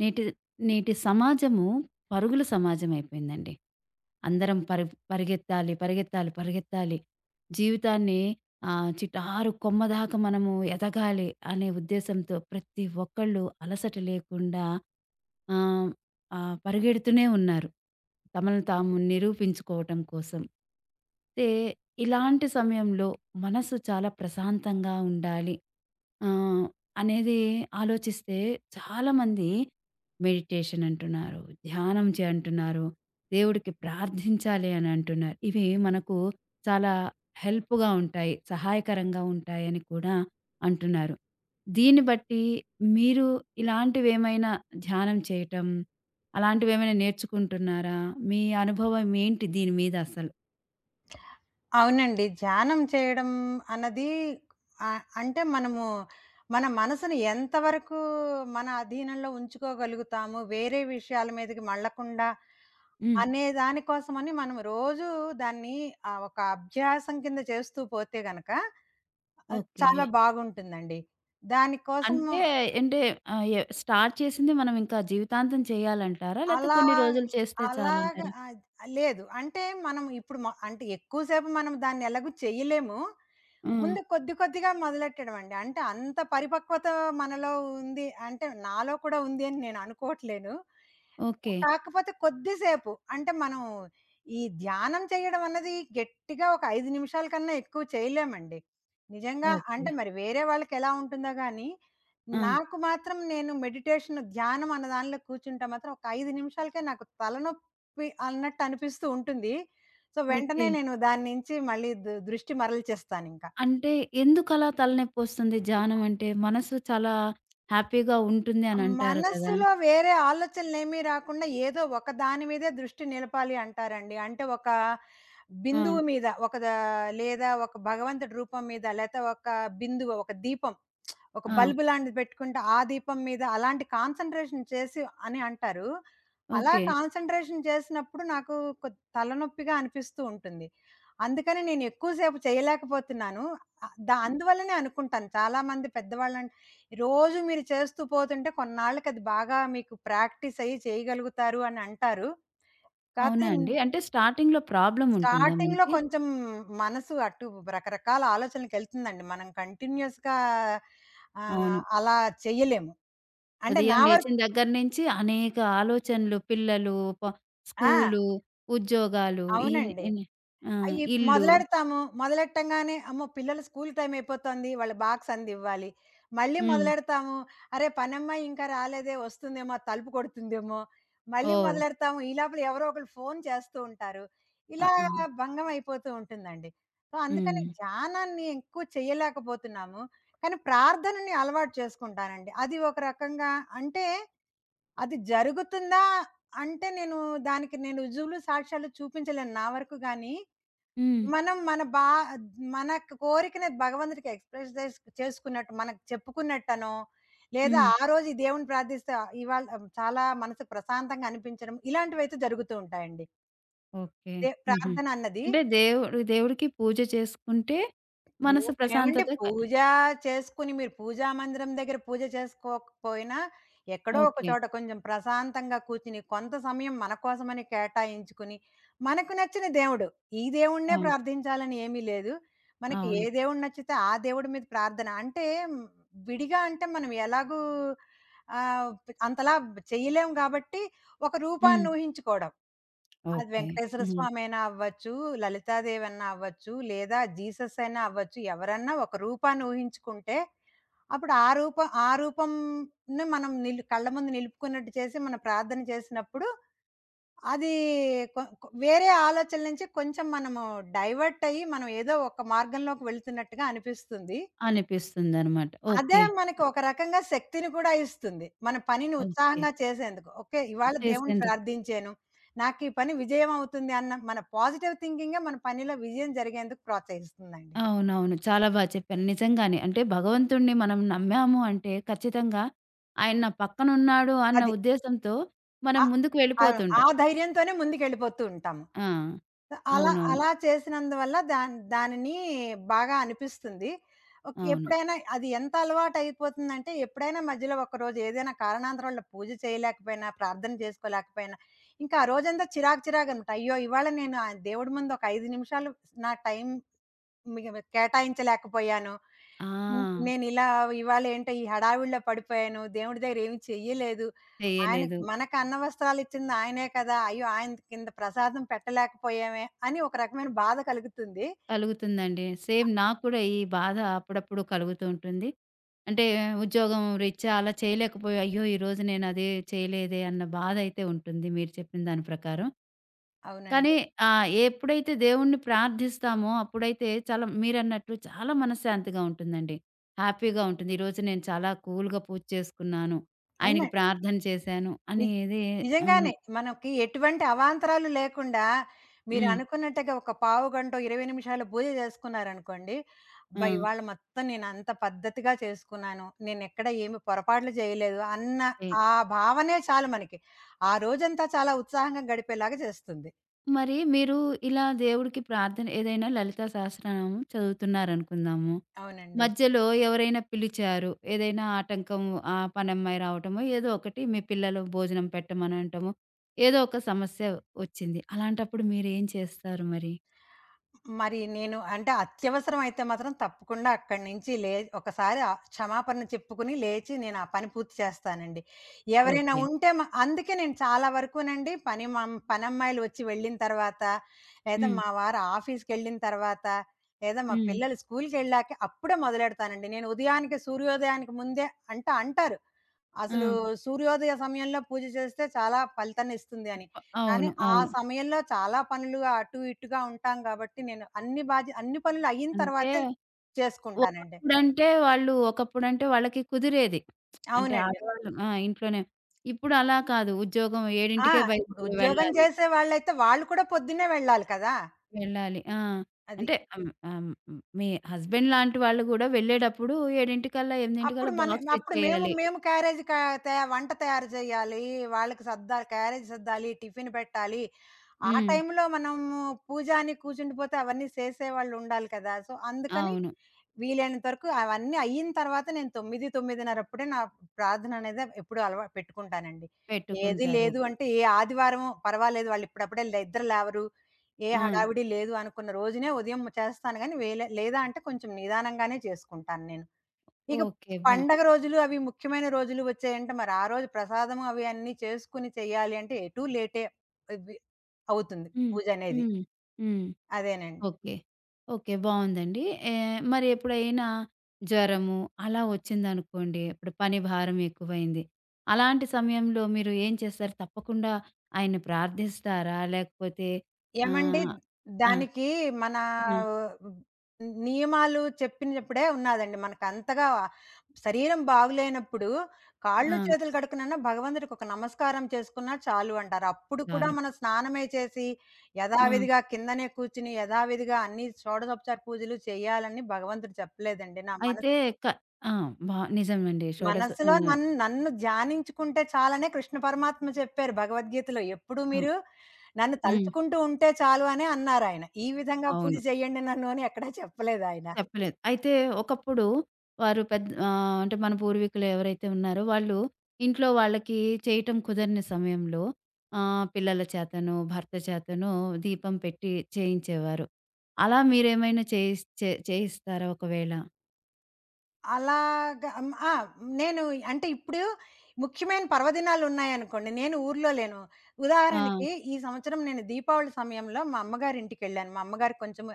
నేటి నేటి సమాజము, పరుగుల సమాజం అయిపోయిందండి. అందరం పరిగెత్తాలి, పరిగెత్తాలి, పరిగెత్తాలి. జీవితాన్ని చిటారు కొమ్మ దాకా మనము ఎదగాలి అనే ఉద్దేశంతో ప్రతి ఒక్కళ్ళు అలసట లేకుండా ఆహ్, ఆహ్, పరిగెడుతూనే ఉన్నారు. తమను తాము నిరూపించుకోవటం కోసం. అయితే ఇలాంటి సమయంలో మనసు చాలా ప్రశాంతంగా ఉండాలి. ఆ! అనేది ఆలోచిస్తే చాలామంది మెడిటేషన్ అంటున్నారు, ధ్యానం చే అంటున్నారు, దేవుడికి ప్రార్థించాలి అని అంటున్నారు. ఇవి మనకు చాలా హెల్ప్‌గా ఉంటాయి, సహాయకరంగా ఉంటాయని కూడా అంటున్నారు. దీన్ని బట్టి మీరు ఇలాంటివేమైనా ధ్యానం చేయటం, అలాంటివేమైనా నేర్చుకుంటున్నారా? మీ అనుభవం ఏంటి దీని మీద అసలు? అవునండి. ధ్యానం చేయడం అన్నది అంటే మనము మన మనసుని ఎంత వరకు మన అధీనంలో ఉంచుకోగలుగుతాము, వేరే విషయాల మీదకి మళ్ళకుండా హ్మ్. అనే దాని కోసమని మనం రోజూ దాన్ని ఒక అభ్యాసం కింద చేస్తూ పోతే గనక, ఓకే. చాలా బాగుంటుందండి. దానికోసము అంటే అంటే ఎ స్టార్ట్ చేసింది మనం ఇంకా జీవితాంతం చేయాలంటారా? లేతే అలా కొన్ని రోజులు చేస్తే అలాగా చాలంటారా? అద్ లేదు. అంటే మనం ఇప్పుడు అంటే ఎక్కువ సేపు మనం దాన్ని ఎలాగూ చేయలేము. ఆ! ముందు కొద్ది కొద్దిగా మొదలెట్టడమండి. అంటే అంత పరిపక్వత మనలో ఉంది అంటే నాలో కూడా ఉంది అని నేను అనుకోవట్లేను. ఓకే. కాకపోతే కొద్దిసేపు అంటే మనం ఈ ధ్యానం చేయడం అన్నది గట్టిగా ఒక 5 నిమిషాల కన్నా ఎక్కువ చేయలేమండి. నిజంగా ఓకే. అంటే మరి వేరే వాళ్ళకెలా ఉంటుందో గాని ఆ! నాకు మాత్రం నేను మెడిటేషన్, ధ్యానం అన్న దానిలో కూర్చుంటే మాత్రం ఒక 5 నిమిషాలకే నాకు తలనొప్పి అన్నట్టు అనిపిస్తూ ఉంటుంది. సో, వెంటనే ఓకే. నేను దాని నుంచి మళ్ళీ దృష్టి మరల్చేస్తానింక. అంటే ఎందుకలా తలనొప్పొస్తుంది ధ్యానం అంటే? మనసు చాలా హ్యాపీగా ఉంటుంది అని అంటారు కదా! మనస్సులో వేరే ఆలోచనలేమీ రాకుండా ఏదో ఒక దాని మీదే దృష్టి నిలపాలి అంటారండి. అంటే ఒక ఆ! బిందువు మీద, ఒక దా లేదా ఒక భగవంతుడి రూపం మీద, లేతే ఒక బిందువు, ఒక దీపం. ఒక ఆ! బల్బు లాంటిది పెట్టుకుంటే, ఆ దీపం మీద అలాంటి కాన్సంట్రేషన్ చేసి అని అంటారు. అలా ఓకే. అవును. కాన్సంట్రేషన్ చేసినప్పుడు నాకు తలనొప్పిగా అనిపిస్తూ ఉంటుంది. అందుకని నేను ఎక్కువ సేపు చేయలేకపోతున్నాను. ఆహ్, ద అందువల్లనే అనుకుంటాను చాలామంది పెద్దవాళ్ళం రోజు మీరు చేస్తూ పోతుంటే కొన్నాళ్ళకి అది బాగా మీకు ప్రాక్టీస్ అయ్యి చేయగలుగుతారు అని అంటారు. అవునా కాతే హ్మ్. అండి? అంటే స్టార్టింగ్‌లో ప్రాబ్లమ్ ఉంటుందా స్టార్టింగ్‌లో మనకి? కొంచెం మనసు అటు రకరకాల ఆలోచనలకెళ్తుందండి. మనం కంటిన్యూయస్‌గా అవును. అలా చేయలేము. అంటే నా ఉదయం వరకు లేచిన దగ్గర నుంచి అనేక ఆలోచనలు పిల్లలు, ప ఆ! స్కూలు, ఉద్యోగాలు, ఈ అవునండి. ఇన్ ఆ! అయి ఇల్లు. మొదలెడతాము. మొదలెట్టంగానే అమ్మో! పిల్లలు స్కూల్ టైమ్ అయిపోతోంది. వాళ్ళ బాక్స్ అందివ్వాలి. మళ్ళీ హ్మ్. మొదలెడతాము. అరే! పనమ్మాయి ఇంకా రాలేదే వస్తుందేమో, తలుపు కొడుతుందేమో. మళ్ళీ ఓహ్! మొదలెడతాము. ఈ లోపల ఎవరో ఒకళ్ళు ఫోను చేస్తూ ఉంటారు. ఆ! ఆ! ఇలాగా భంగం అయిపోతూ ఉంటుందండి. సో, అందుకని హ్మ్. ధ్యానాన్ని ఎక్కువ చేయలేకపోతున్నాము. కానీ ప్రార్థనని అలవాటు చేసుకుంటానండి. అది ఒక రకంగా అంటే అది జరుగుతుందా అంటే నేను దానికి నేను రుజువులు, సాక్ష్యాలు చూపించలేను నా వరకు గానీ, హ్మ్. మనం మన బా మన కోరికని భగవంతుడికి ఎక్స్‌ప్రెస్ చేసుకున్నట్టు మనకు చెప్పుకున్నట్టనో, లేదా హ్మ్. ఆ రోజు ఈ దేవుడిని ప్రార్థిస్తే ఇవాళ చాలా మనసు ప్రశాంతంగా అనిపించడం ఇలాంటివైతే జరుగుతూ ఉంటాయండి. ఓకే. హుహు. ప్రార్థన అన్నది అంటే దేవుడు, దేవుడికి పూజ చేసుకుంటే పూ మనసు ఏమండి, ప్రశాంతత పూజ చేసుకొని మీరు పూజా మందిరం దగ్గర పూజ చేసుకోకపోయినా, ఎక్కడో ఒక ఓకే. చోట కొంచెం ప్రశాంతంగా కూర్చొని, కొంత సమయం మన కోసమని కేటాయించుకుని, మనకు నచ్చిన దేవుడు, ఈ దేవుడినే అవును. ప్రార్థించాలని ఏమీ లేదు. మనకి ఏ అవును. దేవుడు నచ్చితే ఆ దేవుడి మీద ప్రార్థన. అంటే హ్మ్, విడిగా అంటే మనం ఎలాగూ ఆహ్, అంతలా చేయలేం కాబట్టి, ఒక హ్మ్. రూపాన్ని ఊహించుకోవడం. అది ఓకే. వెంకటేశ్వర హ్మ్. స్వామి అయినా అవ్వచ్చు, లలితాదేవి అన్నా అవ్వచ్చు, లేదా జీసస్ అయినా అవ్వచ్చు. ఎవరన్నా ఒక రూపాన్ని ఊహించుకుంటే, అప్పుడు ఆ రూపంని మనం కళ్ళ ముందు నిలుపుకున్నట్టు చేసి మనం ప్రార్థన చేసినప్పుడు, అది కొ కొ వేరే ఆలోచనల నుంచి కొంచెం మనము డైవర్ట్ అయ్యి, మనం ఏదో ఒక మార్గంలోకి వెళ్తున్నట్టుగా అనిపిస్తుంది. అనిపిస్తుందనమాట. అదే ఓకే. మనకి ఒక రకంగా శక్తిని కూడా ఇస్తుంది మన పనిని ఓకే. ఉత్సాహంగా చేసేందుకు. ఓకే. ఇవాళ దేవుడిని చేసేందుకు, ప్రార్థించాను. నాకు ఈ పని విజయం అవుతుంది అన్న మన పాజిటివ్ థింకింగే మన పనిలో విజయం జరిగేందుకు ప్రోత్సహిస్తుందండి. అవునవును. చాలా బా చెప్పారు. నిజంగానే. అంటే భగవంతుడిని మనం నమ్మాము అంటే ఖచ్చితంగా ఆయన నా పక్కనున్నాడు అన్న అది. ఉద్దేశంతో మనం ఆ! ముందుకు ఆ! ఆ వెళ్ళిపోతుంటాం. ధైర్యంతోనే ముందుకెళ్ళిపోతూ ఉంటాము. ఆ! అలా అవునవును. అలా చేసినందువల్ల దానిని బాగా అనిపిస్తుంది. ఓకే. అవును. ఎప్పుడైనా అది ఎంత అలవాటయిపోతుందంటే, ఎప్పుడైనా మధ్యలో ఒకరోజు ఏదైనా కారణాంతరాల పూజ చేయలేకపోయినా, ప్రార్థన చేసుకోలేకపోయినా, ఇంకా ఆ రోజంతా చిరాకు చిరాకనమాట. అయ్యో! ఇవాళ నేను ఆ దేవుడి ముందు ఒక 5 నిమిషాలు నా టైం మిగ కేటాయించలేకపోయాను. ఆ! హ్మ్. ఇవాళేంటో ఈ హడావిడిలో పడిపోయాను. దేవుడి దగ్గర ఏమి చెయ్యలేదు. ఆయనకి చేయలేదు. మనకు అన్న వస్త్రాలిచ్చింది ఆయనే కదా! అయ్యో! ఆయన కింద ప్రసాదం పెట్టలేకపోయామే అని ఒక రకమైన బాధ కలుగుతుంది. కలుగుతుందండి. సేమ్ నాకు కూడా ఈ బాధ అప్పుడప్పుడు కలుగుతూ ఉంటుంది. అంటే ఉద్యోగం రీత్యా అలా చేయలేకపోయా. అయ్యో! ఈరోజు నేను అది చేయలేదే అన్న బాధైతే ఉంటుంది మీరు చెప్పిన దాని ప్రకారం. కానీ అవునండి. ఎప్పుడైతే దేవుణ్ణి ప్రార్థిస్తామో అప్పుడైతే చాలా, మీరన్నట్లు చాలా మనశ్శాంతిగా ఉంటుందండి. హ్యాపీగా ఉంటుంది. ఈరోజు నేను చాలా కూల్‌గా పూజ చేసుకున్నాను. ఆయనకి అవునండి. ప్రార్థన చేశాను నిజ్ అనేది అవును. నిజంగానే. మనకి ఎటువంటి అవాంతరాలు లేకుండా హ్మ్, హ్మ్. మీరనుకున్నట్టుగా ఒక పావు గంటో, 20 నిమిషాలు పూజ చేసుకున్నారనుకోండి. అబ్బా! ఆ! ఇవాళ మొత్తం నేనంత పద్ధతిగా చేసుకున్నాను. నేనెక్కడ ఏమి పొరపాట్లు చేయలేదు అన్న ఏ ఆ భావనే చాలు మనకి. ఆ రోజంతా చాలా ఉత్సాహంగా గడిపేలాగా చేస్తుంది. మరి మీరు ఇలా దేవుడికి ప్రార్థన ఏదైనా లలితా సహస్రనామం చదువుతున్నారనుకుందాము. అవునండి. మధ్యలో ఎవరైనా పిలిచారు. ఏదైనా ఆటంకం, ఆ పనమ్మాయి రావటమో, ఏదో ఒకటి మీ పిల్లలు భోజనం పెట్టమని అనటమో, ఏదో ఒక సమస్య వచ్చింది. అలాంటప్పుడు మీరేం చేస్తారు మరి? మరి నేను అంటే అత్యవసరం అయితే మాత్రం తప్పకుండా అక్కడి నుంచి ఒకసారి ఆ క్షమాపణ చెప్పుకుని లేచి నేను ఆ పని పూర్తి చేస్తానండి. ఎవరైనా ఓకే. ఉంటే అందుకే నేను చాలా వరకునండి పని మం పనమ్మాయిలు వచ్చి వెళ్ళిన తర్వాత, లేదా హ్మ్. మా వారు ఆఫీస్‌కెళ్ళిన తర్వాత, లేదా మా హ్మ్. పిల్లలు స్కూల్‌కెళ్ళాక అప్పుడే మొదలెడతానండి. నేను ఉదయానికి సూర్యోదయానికి ముందే అంటారు. ఆ! అసలు సూర్యోదయ సమయంలో పూజ చేస్తే చాలా ఫలితాన్ని ఇస్తుంది అని. కానీ అవును. హ్మ్, ఆ అవును. సమయంలో చాలా పనులు అటు ఇటుగా ఉంటాం కాబట్టి నేను అన్ని పనులు అయిన అంటే తర్వాతే చేసుకుంటానండి. ఒకప్పుడంటే వాళ్ళకి కుదిరేది. అంటే అవునండి. ఆడవాళ్ళు, ఆ! ఇంట్లోనే. ఇప్పుడు అలా కాదు. ఉద్యోగం ఆ! 7కే ఇప్పుడు బయలుదేరి ఉద్యోగం వెళ్ళాలి. చేసే వాళ్ళైతే వాళ్ళు కూడా పొద్దున్నే వెళ్ళాలి కదా! వెళ్ళాలి. ఆ! అది. అంటే ఆహ్, ఆహ్, మీ హస్బెండ్ లాంటి వాళ్ళు గూడా వెళ్ళేటప్పుడు 7:00కల్లా, అప్పుడు 8:00కల్లా మన బాక్స్ అప్పుడు మేము ఇచ్చేయాలి. మేము క్యారేజ్ క తే వంట తయారు చేయాలి. వాళ్ళకి సర్దాలి క్యారేజ్ సర్దాలి, టిఫిన్ పెట్టాలి. ఆ హ్మ్. టైంలో మనము పూజ అని కూర్చుండిపోతే అవన్నీ చేసేవాళ్ళు ఉండాలి కదా! సో, అందుకని అవును. వీలైనంత వరకు అవన్నీ అయిన తర్వాత నేను 9, 9:30 అప్పుడే నా ప్రార్థన అనేది ఎప్పుడూ పెట్టుకుంటానండి. ఏది పెట్టుకుంటారు. లేదు ఓకే. అంటే ఏ ఆదివారమో పర్వాలేదు, వాళ్ళు ఇప్పుడప్పుడే నిద్ర లేవరు, ఏ ఆ! హడావిడి లేదు అనుకున్న రోజునే ఉదయం చేస్తాను గానీ లేదా అంటే కొంచెం నిదానంగానే చేసుకుంటాను నేను. ఇక ఓకే. అబ్బా! పండగ రోజులు అవి ముఖ్యమైన రోజులు వచ్చాయంటే మరి ఆ రోజు ప్రసాదం అవి అన్నీ చేసుకొని చెయ్యాలి అంటే ఎటూ లేటే అవ్వి అవుతుంది హ్మ్. పూజనేది. హ్మ్. హ్మ్. అదేనండి. ఓకే. ఓకే. బావుందండి. ఏహ్, మరి ఎప్పుడైనా జ్వరము అలా వచ్చిందనుకోండి, ఇప్పుడు పని భారం ఎక్కువైంది. అలాంటి సమయంలో మీరు ఏం చేస్తారు? తప్పకుండా ఆయన్ని ప్రార్థిస్తారా? లేకపోతే ఏమండి? ఆహ్, ఆ! దానికి మన ఆ! నియమాలు చెప్పినప్పుడే ఉన్నాదండి. మనకంతగా శరీరం బాగులేనప్పుడు కాళ్ళు, ఆ! చేతులు కడుక్కునన్నా భగవంతుడికి ఒక నమస్కారం చేసుకున్నా చాలు అంటారు. అప్పుడు కూడా చాలు. మనం స్నానమే చేసి ఆ! యథావిధిగా కిందనే కూర్చుని యథావిధిగా అన్ని షోడసోపచార పూజలు చేయాలని భగవంతుడు చెప్పలేదండి. నా మనసు అయితే క ఆ! బా నిజమండి. షోడశ మనసులో నన్ను ధ్యానించుకుంటే చాలనే కృష్ణ పరమాత్మ చెప్పారు భగవద్గీతలో. ఎప్పుడు ఆ! మీరు నన్ను హ్మ్. తలుచుకుంటూ ఉంటే చాలు అనే అన్నారాయన. ఈ విధంగా పూజ అవును. చేయండి నన్ను అని ఎక్కడా చెప్పలేదాయన. చెప్పలేదు. అయితే ఒకప్పుడు వారు పెద్ద, అంటే మన పూర్వీకులు ఎవరైతే ఉన్నారో వాళ్ళు ఇంట్లో వాళ్ళకి చేయటం కుదరని సమయంలో పిల్లల చేతనో, భర్త చేతనో దీపం పెట్టి చేయించేవారు. అలా మీరేమైనా చేయిస్తారా ఒకవేళ? అలాగా హ్మ్. ఆ! నేను అంటే ఇప్పుడు ముఖ్యమైన పర్వదినాలున్నాయనుకోండి. నేను ఊర్లో లేను. ఆ! ఉదాహరణకి ఈ సంవత్సరం నేను దీపావళి సమయంలో మా అమ్మగారింటికెళ్ళాను. మా అమ్మగారికి కొంచెం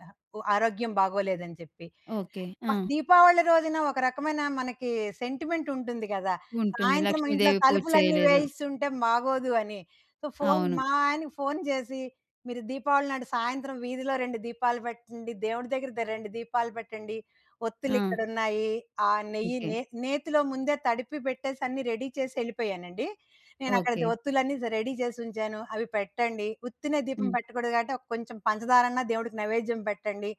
ఆరోగ్యం బాగోలేదని చెప్పి. ఓకే. ఆ! దీపావళి రోజున ఒక రకమైన మనకి సెంటిమెంట్ ఉంటుంది గదా! ఉంటుంది. సాయంత్రం ఇంట్లో లక్ష్మీదేవి పూజ తలుపులన్నీ చేయలేదు. వేయిస్తుంటే బాగోదు అని. సో, ఫోను అవును. మా ఆయనకి ఫోను జేసి, "మీరు దీపావళి నాడు సాయంత్రం వీధిలో 2 దీపాలు పెట్టండి. దేవుడి దగ్గర 2 దీపాలు పెట్టండి. ఆ! ఒత్తులిక్కడున్నాయి." ఆ నెయ్యి ఓకే. నే నేతిలో ముందే తడిపి పెట్టేసి అన్నీ రెడీ చేసి ఎళ్ళిపోయానండి. నేనక్కడ ఓకే. ఒత్తులన్నీ రెడీ చేసుంచాను. "అవి పెట్టండి. ఉత్తినే దీపం హ్మ్. పెట్టకూడదు కాబట్టి ఒక కొంచెం పంచదారన్నా దేవుడికి నైవేద్యం పెట్టండి."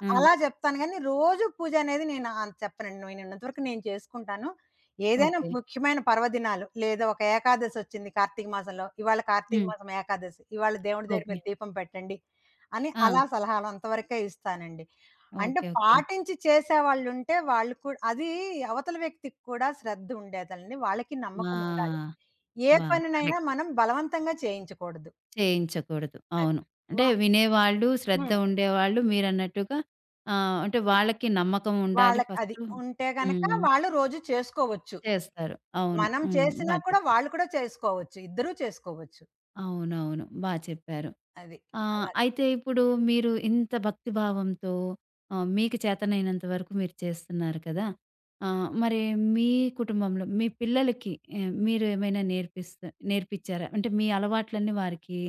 ఆ! అలా జెప్తాను గానీ, రోజు పూజ అనేది నేను అంత చెప్పనండి. నేనున్నంత వరకు నేను చేసుకుంటాను. ఏదైనా ఓకే. ముఖ్యమైన పర్వదినాలు లేదా ఒక ఏకాదశొచ్చింది కార్తీక మాసంలో. ఇవాళ కార్తీక హ్మ్. మాసం ఏకాదశి. ఇవాళ దేవుడి దగ్గర ఓకే. మీరు దీపం పెట్టండి అని ఆ! అలా హ్మ్, సలహాలు అంతవరకే ఇస్తానండి. అంటే ఓకే. ఓకే. పాటించి చేసేవాళ్ళుంటే వాళ్ళు కూడా అది అవతల వ్యక్తికి కూడా శ్రద్ధ ఉండేదండి. వాళ్ళకి ఆ! నమ్మకం ఉండాలి. ఏ వా పనినైనా కరెక్ట్. మనం బలవంతంగా చేయించకూడదు. చేయించకూడదు. అది. అవును. అంటే వా వినేవాళ్ళు, శ్రద్ధ హ్మ్. ఉండేవాళ్ళు మీరన్నట్టుగా, అంటే వాళ్ళకి నమ్మకం ఉండాలి వాళ్ళకి అది ఫస్టు. ఉంటే గనక హ్మ్. వాళ్ళు రోజు చేసుకోవచ్చు. చేస్తారు. అవును. మనం హ్మ్. చేసినా బా కూడా చెప్పారు. వాళ్ళు కూడా చేసుకోవచ్చు. ఇద్దరూ చేసుకోవచ్చు. అవునవును. బా చెప్పారు. అది. ఆ! అలాగే. అయితే ఇప్పుడు మీరు ఇంత భక్తి భావంతో, మీకు చేతనైనంత వరకు మీరు చేస్తున్నారు కదా! మరి మీ కుటుంబంలో మీ పిల్లలకి మీరు ఏమైనా నేర్పిచ్చారా? అంటే మీ అలవాట్లన్నీ వారికి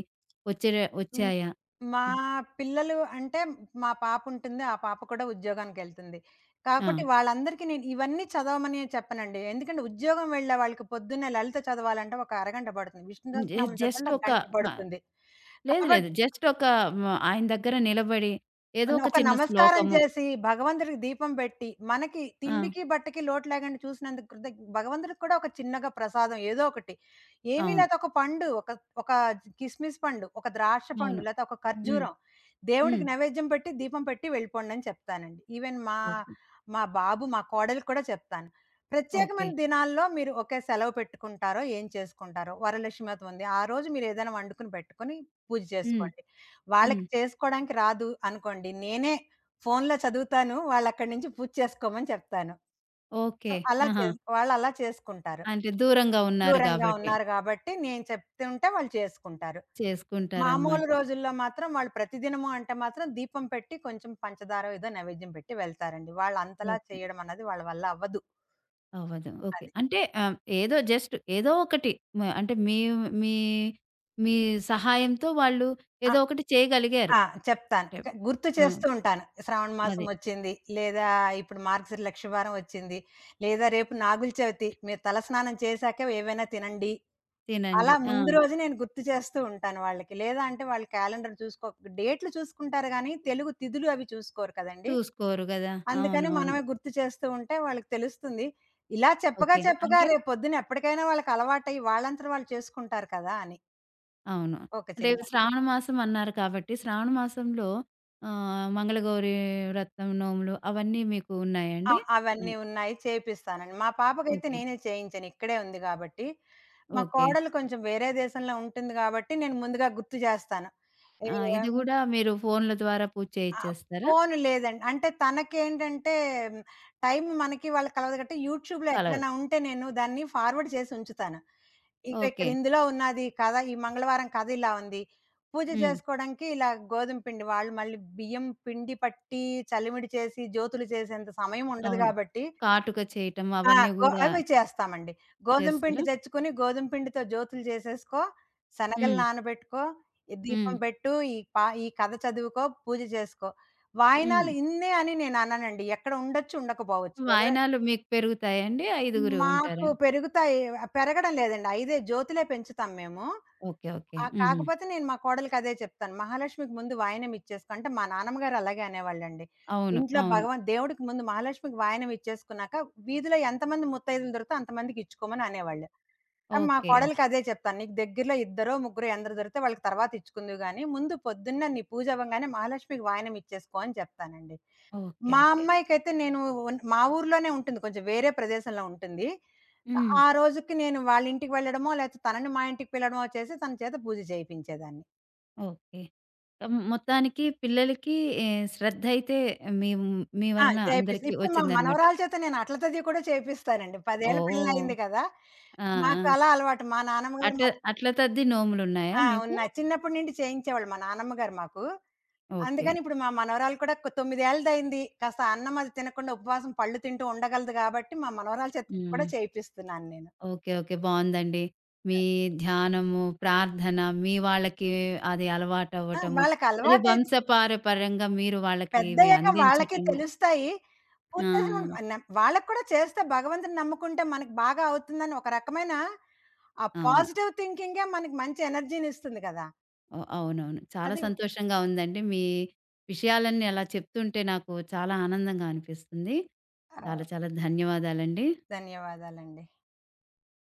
వచ్చే హ్మ్. వచ్చాయా? మా పిల్లలు అంటే మా పాపుంటుంది. ఆ పాప కూడా ఉద్యోగానికెళ్తుంది. కాబట్టి ఆ! వాళ్ళందరికీ నేను ఇవన్నీ చదవమని చెప్పనండి. ఎందుకంటే ఉద్యోగం వెళ్ళే వాళ్ళకి పొద్దున్నే లలిత చదవాలంటే ఒక అరగంట పడుతుంది. విష్ణు జ సహస్రనామం చదవాలంటే జస్ట్ ఒక ఒక, గంట ఆ! పడుతుంది. లేదు కాబ లేదు. జస్ట్ ఒక మ ఆయన దగ్గర నిలబడి ఏదో ఒక ఒక చిన్న నమస్కారం శ్లోకము. చేసి, భగవంతుడికి దీపం పెట్టి, మనకి ఆ! తిండికి, బట్టకి లోటు లేకుండా చూసినందుకు భగవంతుడికి కూడా ఒక చిన్నగా ప్రసాదం ఏదో ఒకటి. ఏమీ అవును. లేతే ఒక పండు, ఒక ఒక కిస్మిస్ పండు, ఒక ద్రాక్ష పండు, అవును. లేతే ఒక హ్మ్. ఖర్జూరం. దేవుడికి హ్మ్. నైవేద్యం పెట్టి, దీపం పెట్టి వెళ్ళిపోండని చెప్తానండి. ఈవెన్ మా ఓకే. మా బాబు, మా కోడలికి కూడా చెప్తాను. ఓకే. ప్రత్యేకమైన దినాల్లో మీరు ఓకే సెలవు పెట్టుకుంటారో, ఏం చేసుకుంటారో, వరలక్ష్మి వ్రతం ఉంది. ఆ రోజు మీరేదైనా వండుకొని పెట్టుకొని పూజ హ్మ్. చేసుకోండి. వాళ్ళకి హ్మ్. చేసుకోడానికి రాదు అనుకోండి. నేనే ఫోన్‌లో చదువుతాను. వాళ్ళక్కడి నుంచి పూజ చేసుకోమని చెప్తాను. So, okay. అలా ఆహా! చేస్ వాళ్ళలా చేసుకుంటారు. అంటే దూరంగా ఉన్నారు దూరంగా గాబట్టి ఉన్నారు గాబట్టి నేను చెప్తుంటే వాళ్ళు చేసుకుంటారు. మామూలు చేసుకుంటారనమాట. రోజుల్లో మాత్రం వాళ్ళు ప్రతిదినము అంటే మాత్రం దీపం పెట్టి కొంచెం పంచదారో ఏదో నైవేద్యం పెట్టి వెళ్తారండి. వాళ్ళంతలా ఓకే. చేయడం అన్నది వాళ్ళ వల్ల అవ్వదు. అవ్వదు. ఓకే. అది. అంటే ఏదో జస్ట్ ఏదో ఒకటి, మ అంటే మీ మీ మీ సహాయంతో వాళ్ళు ఆ! ఏదో ఒకటి చేయగలిగారు. ఆ! చెప్తాను. అంటే ఒక గుర్తు ఆ! చేస్తూ ఉంటాను. శ్రావణ మాసం అదే. వచ్చింది. లేదా ఇప్పుడు మార్గశిర లక్షవారం వచ్చింది. లేదా రేపు నాగుల చవితి. మీరు తలస్నానం చేశాక ఏవైనా తినండి. తినండి. అలా ఆ! ముందు రోజు నేను గుర్తు చేస్తూ ఉంటాను వాళ్ళకి. లేదా అంటే వాళ్ళు క్యాలెండర్ చూసుకో డేట్లు చూసుకుంటారు గానీ, తెలుగు తిథులు అవి చూసుకోరు కదండీ. చూసుకోరు గదా! అందుకని అవునవును. మనమే గుర్తు చేస్తూ ఉంటే వాళ్ళకి తెలుస్తుంది. ఇలా చెప్పగా ఓకే. చెప్పగా అంటే రేపొద్దున ఎప్పటికైనా వాళ్ళకి అలవాటయ్యి వాళ్ళంతట వాళ్ళు చేసుకుంటారు కదా అని. అవును. ఒక అంటే చిన్న శ్రావణ మాసం అన్నారు కాబట్టి శ్రావణ మాసంలో మంగళగౌరి వ్రతం, నోములు అవన్నీ మీకు ఆ! ఉన్నాయండి? అవన్నీ హ్మ్. ఉన్నాయి. చేపిస్తానండి. మా పాపకైతే ఓకే. నేనే చేయించను. ఇక్కడే ఉంది గాబట్టి. మా ఓకే. కోడలు కొంచెం వేరే దేశంలో ఉంటుంది గాబట్టి, నేను ముందుగా గుర్తు చేస్తాను. ఏ ఆ! ఇది హ్మ్. గూడా మీరు ఫోన్‌ల ద్వారా పూజ ఆహ్, చేయిచ్చేస్తారా? ఫోను లేదండి. అంటే తనకేంటంటే హ్మ్, టైం మనకి వాళ్ళకి కలవదు కాబట్టి, యూట్యూబ్‌లో కలర్. ఎక్కడైనా ఉంటే నేను దాన్ని ఫార్వర్డ్ చేసి ఉంచుతాను. ఇక ఇక్కడ ఓకే. ఇందులో ఉన్నది కథ, ఈ మంగళవారం కథ ఇలా ఉంది. పూజ హ్మ్. చేసుకోవడానికి ఇలా గోధుమ పిండి వాళ్ళు మళ్ళీ బియ్యం పిండి పట్టి, చలివిడి చేసి, జ్యోతులు చేసేంత సమయం ఉండదు అవును. గాబట్టి కాటుక చేయటం ఆ, అవన్నీ గూడా అవి చేస్తామండి. గోధుమ పిండి చేస్తారా? తెచ్చుకొని, గోధుమ పిండితో జ్యోతులు చేసేసుకో, శనగలు హ్మ్. నానబెట్టుకో, ఈ దీపం హ్మ్. పెట్టు, ఈ కథ చదువుకో, పూజ చేసుకో. హ్మ్. వాయినాలు ఇన్నే అని నేను అననండి. ఎక్కడ ఉండొచ్చు, ఉండకపోవచ్చు. వాయనాలు మీకు పెరుగుతాయండి? ఐదుగురు మాకు ఉంటారా? పెరుగుతాయి. పెరగడం లేదండి. ఐదే జ్యోతులే పెంచుతాం మేము. ఓకే. ఓకే. ఆ! హుహు. కాకపోతే నేను మా కోడలికి అదే చెప్తాను. మహాలక్ష్మికి ముందు వాయనం ఇచ్చేసుకో అంటే మా నాన్నమ్మ గారు అలాగే అనేవాళ్ళండి. అవును. ఇంట్లో అవును. దేవుడికి ముందు మహాలక్ష్మికి వాయనం ఇచ్చేసుకున్నాక వీధిలో ఎంతమంది ముత్తైదులు దొరికితే అంతమందికి ఇచ్చుకోమని అనేవాళ్ళు. కానీ మా ఓకే. కోడలికి అదే చెప్తాను. నీకు దగ్గరలో ఇద్దరో, ముగ్గురో, ఎందరు దొరికితే వాళ్ళకి తర్వాత ఇచ్చుకుందువు గానీ, ముందు పొద్దున్నే నీ పూజ అవ్వంగానే మహాలక్ష్మికి వాయనం ఇచ్చేసుకో అని చెప్తానండి. ఓకే. మా ఓకే. అమ్మాయికైతే నేను మా ఊర్లోనే ఉంటుంది. కొంచెం వేరే ప్రదేశంలో ఉంటుంది. హ్మ్. ఆ రోజుకి నేను వాళ్ళ ఇంటికి వెళ్ళడమో, లేకపోతే తనని మా ఇంటికి పిలవడమో చేసి తన చేత పూజ చేయించేదాన్ని. ఓకే. మొత్తానికి పిల్లలకి ఏ శ్రద్ధయితే మీ మీ ఆ! వలన చేపిస్తా. అందరికీ ఇప్పుడు మా వచ్చిందనమాట. మనవరాల చేత నేను అట్ల తది కూడా చేపిస్తానండి. 10 ఏళ్ల ఓహ్! పిల్లయింది కదా! ఆ! ఆ! నాకు అలా అలవాటు. మా నాన్నమ్మ గారు అట్ల మాకు అట్ల తద్ది నోములున్నాయా ఆ! మీకు? ఉన్నాయి. చిన్నప్పటి నుండి చేయించేవాళ్ళు మా నాన్నమ్మ గారు మాకు. ఓకే. అందుకని ఇప్పుడు మా మనవరాలు కూడా 9 ఏళ్లదయింది. కాస్త అన్నం అది తినకుండా ఉపవాసం పళ్ళు తింటూ ఉండగలదు కాబట్టి, మా మనవరాల చేత హ్మ్. కూడా చేపిస్తున్నాను నేను. ఓకే. ఓకే. బావుందండి. మీ ధ్యానము, ప్రార్థన మీ వాళ్ళకి అది ఆ! అలవాటవ్వటము. అది వాళ్ళకలవాటై వంశపారపర్యంగా మీరు వాళ్ళకి ఇవి పెద్దయ్యాక వాళ్ళకే అందించటము. తెలుస్తాయి. పూజ ఆ! చేసిన వాళ్ళకి కూడా చేస్తే భగవంతుడిని నమ్ముకుంటే మనకు బాగా అవుతుందని ఒక రకమైన ఆ అవును. పాజిటివ్ థింకింగే మనకి మంచి ఎనర్జీనిస్తుంది కదా! ఓహ్! అవునవును. చాలా అది సంతోషంగా ఉందండి. మీ విషయాలన్నీ అలా చెప్తుంటే నాకు చాలా ఆనందంగా అనిపిస్తుంది. చాలా ఆహ్, చాలా ధన్యవాదాలండి. ధన్యవాదాలండి.